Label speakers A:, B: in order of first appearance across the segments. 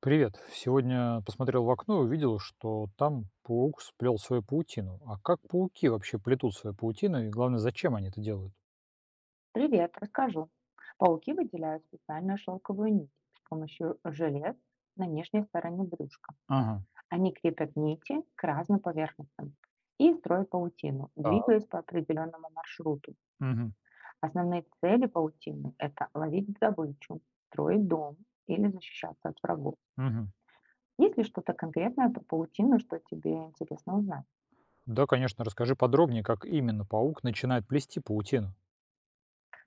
A: Привет. Сегодня посмотрел в окно и увидел, что там паук сплел свою паутину. А как пауки вообще плетут свою паутину и, главное, зачем они это делают?
B: Привет, расскажу. Пауки выделяют специальную шелковую нить с помощью желез на нижней стороне брюшка.
A: Ага.
B: Они крепят нити к разным поверхностям и строят паутину,
A: Так.
B: двигаясь по определенному маршруту.
A: Мгм.
B: Основные цели паутины– это ловить добычу, строить дом или защищаться от врагов.
A: Мгм.
B: Есть ли что-то конкретное про паутину, что тебе интересно узнать?
A: Да, конечно, расскажи подробнее, как именно паук начинает плести паутину.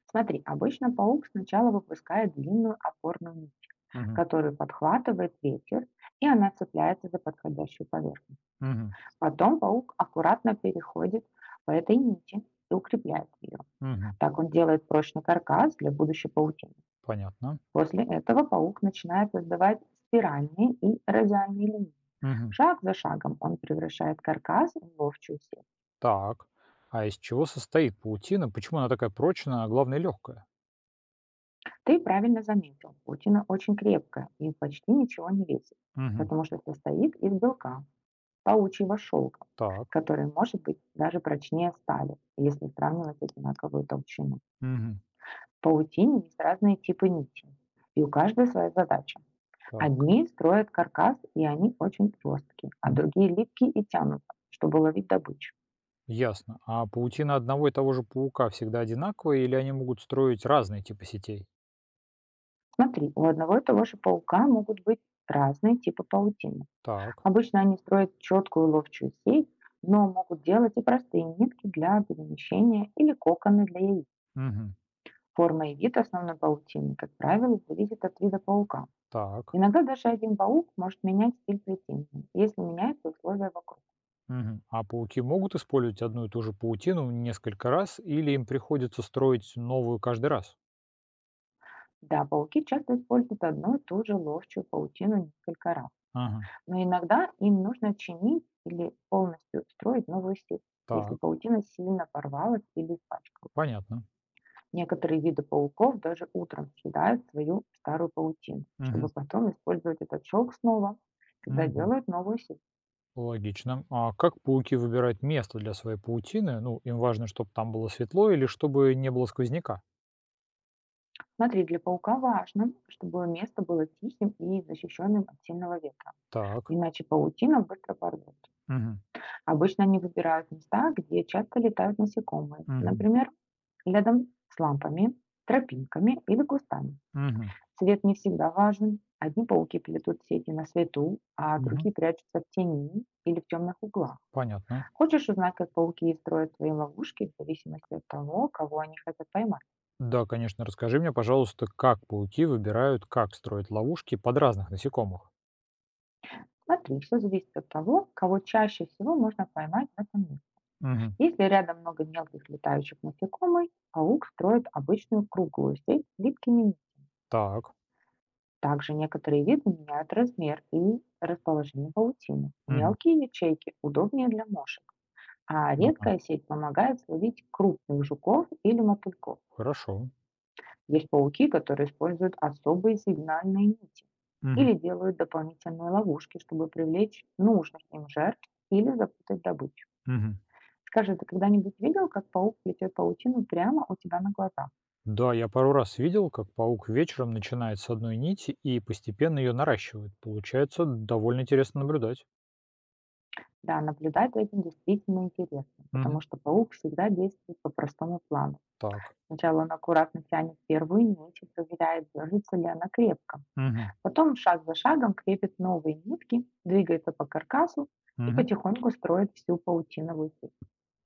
B: Смотри, обычно паук сначала выпускает длинную опорную нить,
A: Мгм.
B: которую подхватывает ветер, и она цепляется за подходящую поверхность.
A: Мгм.
B: Потом паук аккуратно переходит по этой нити и укрепляет ее.
A: Мгм.
B: Так он делает прочный каркас для будущей паутины.
A: Понятно.
B: После этого паук начинает создавать спиральные и радиальные линии.
A: Мгм.
B: Шаг за шагом он превращает каркас в ловчую сеть.
A: Так. А из чего состоит паутина? Почему она такая прочная, а главное легкая?
B: Ты правильно заметил, паутина очень крепкая и почти ничего не весит,
A: Мгм.
B: потому что состоит из белка, паучьего шелка,
A: Так.
B: который может быть даже прочнее стали, если сравнивать одинаковую толщину.
A: Мгм.
B: В паутине есть разные типы нитей, и у каждой своя задача.
A: Так.
B: Одни строят каркас, и они очень жесткие, а другие липкие и тянутся, чтобы ловить добычу.
A: Ясно. А паутина одного и того же паука всегда одинаковая, или они могут строить разные типы сетей?
B: Смотри, у одного и того же паука могут быть разные типы паутины.
A: Так.
B: Обычно они строят четкую ловчую сеть, но могут делать и простые нитки для перемещения или коконы для яиц.
A: Мгм.
B: Форма и вид основной паутины, как правило, зависит от вида паука.
A: Так.
B: Иногда даже один паук может менять стиль плетения, если меняются условия вокруг.
A: Мгм. А пауки могут использовать одну и ту же паутину несколько раз, или им приходится строить новую каждый раз?
B: Да, пауки часто используют одну и ту же ловчую паутину несколько раз,
A: Ага.
B: но иногда им нужно чинить или полностью строить новую сеть, если
A: Так.
B: паутина сильно порвалась или испачкалась.
A: Понятно.
B: Некоторые виды пауков даже утром съедают свою старую паутину, чтобы
A: Мгм.
B: потом использовать этот шелк снова, когда
A: Мгм.
B: делают новую сеть.
A: Логично. А как пауки выбирают место для своей паутины? Ну, им важно, чтобы там было светло, или чтобы не было сквозняка?
B: Смотри, для паука важно, чтобы место было тихим и защищенным от сильного ветра,
A: Так.
B: иначе паутина быстро порвет.
A: Мгм.
B: Обычно они выбирают места, где часто летают насекомые,
A: Мгм.
B: например, рядом с лампами, тропинками или кустами.
A: Мгм.
B: Цвет не всегда важен. Одни пауки плетут сети на свету, а
A: Мгм.
B: другие прячутся в тени или в темных углах.
A: Понятно.
B: Хочешь узнать, как пауки строят свои ловушки в зависимости от того, кого они хотят поймать?
A: Да, конечно. Расскажи мне, пожалуйста, как пауки выбирают, как строить ловушки под разных насекомых?
B: Смотри, все зависит от того, кого чаще всего можно поймать в этом мире.
A: Мгм.
B: Если рядом много мелких летающих насекомых, паук строит обычную круглую сеть с липкими нитями.
A: Так.
B: Также некоторые виды меняют размер и расположение паутины.
A: Мгм.
B: Мелкие ячейки удобнее для мошек, а
A: Ага.
B: редкая сеть помогает словить крупных жуков или мотыльков.
A: Хорошо.
B: Есть пауки, которые используют особые сигнальные нити
A: Мгм.
B: или делают дополнительные ловушки, чтобы привлечь нужных им жертв или запутать добычу.
A: Мгм.
B: Скажи, ты когда-нибудь видел, как паук плетет паутину прямо у тебя на глазах?
A: Да, я пару раз видел, как паук вечером начинает с одной нити и постепенно ее наращивает. Получается довольно интересно наблюдать.
B: Да, наблюдать за этим действительно интересно, потому
A: Мгм.
B: что паук всегда действует по простому плану.
A: Так.
B: Сначала он аккуратно тянет первую нить и проверяет, держится ли она крепко.
A: Мгм.
B: Потом шаг за шагом крепит новые нитки, двигается по каркасу и
A: Мгм.
B: потихоньку строит всю паутиновую сеть.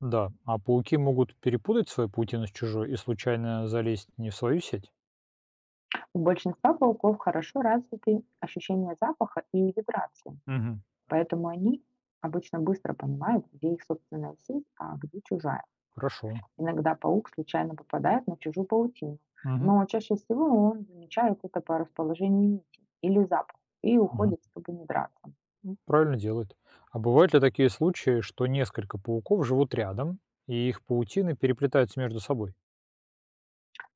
A: Да, а пауки могут перепутать свою паутину с чужой и случайно залезть не в свою сеть?
B: У большинства пауков хорошо развиты ощущения запаха и вибрации,
A: Мгм.
B: поэтому они обычно быстро понимают, где их собственная сеть, а где чужая.
A: Хорошо.
B: Иногда паук случайно попадает на чужую паутину,
A: Мгм.
B: но чаще всего он замечает это по расположению нитей или запаху и
A: Ага.
B: уходит, чтобы не драться.
A: Правильно делает. А бывают ли такие случаи, что несколько пауков живут рядом, и их паутины переплетаются между собой?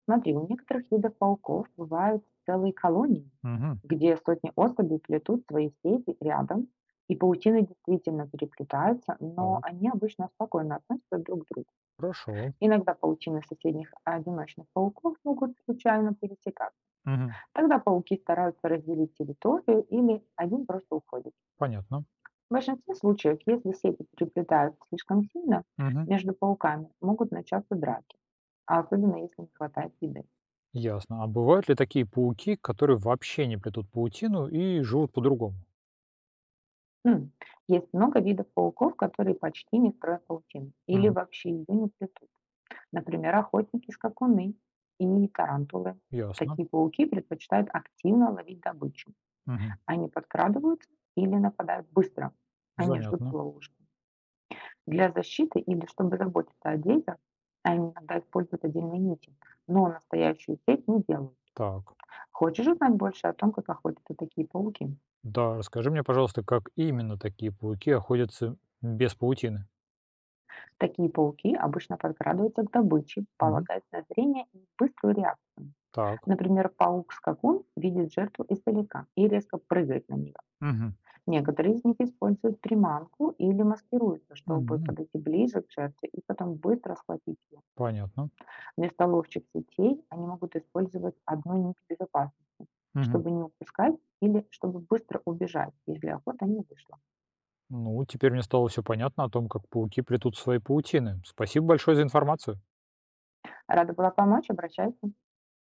B: Смотри, у некоторых видов пауков бывают целые колонии,
A: Мгм.
B: где сотни особей плетут свои сети рядом, и паутины действительно переплетаются, но
A: Так,
B: они обычно спокойно относятся друг к другу.
A: хорошо.
B: Иногда паутины соседних одиночных пауков могут случайно пересекаться.
A: Мгм.
B: Тогда пауки стараются разделить территорию или один просто уходит.
A: Понятно.
B: В большинстве случаев, если сети переплетаются слишком сильно,
A: Мгм.
B: между пауками могут начаться драки, а особенно если не хватает еды.
A: Ясно. А бывают ли такие пауки, которые вообще не плетут паутину и живут по-другому?
B: М, Есть много видов пауков, которые почти не строят паутину или
A: Мгм.
B: вообще ее не плетут. Например, охотники, скакуны и тарантулы.
A: Ясно.
B: Такие пауки предпочитают активно ловить добычу.
A: Мгм.
B: Они подкрадываются или нападают быстро. Они ждут
A: Занятно.
B: ловушки для защиты или чтобы заботиться о детях, а они иногда используют отдельные нити, но настоящую сеть не делают.
A: Так.
B: Хочешь узнать больше о том, как охотятся такие пауки?
A: Да, расскажи мне, пожалуйста, как именно такие пауки охотятся без паутины?
B: Такие пауки обычно подкрадываются к добыче,
A: Мгм.
B: полагаясь на зрение и быструю реакцию.
A: Так,
B: Например, паук-скакун видит жертву издалека и резко прыгает на нее.
A: Мгм.
B: Некоторые из них используют приманку или маскируются, чтобы
A: Мгм.
B: подойти ближе к жертве и потом быстро схватить ее.
A: Понятно.
B: Вместо ловчих сетей они могут использовать одну нить безопасности,
A: Мгм.
B: чтобы не упускать, или чтобы быстро убежать, если охота не вышла.
A: Ну, теперь мне стало все понятно о том, как пауки плетут свои паутины. Спасибо большое за информацию.
B: Рада была помочь, обращайся.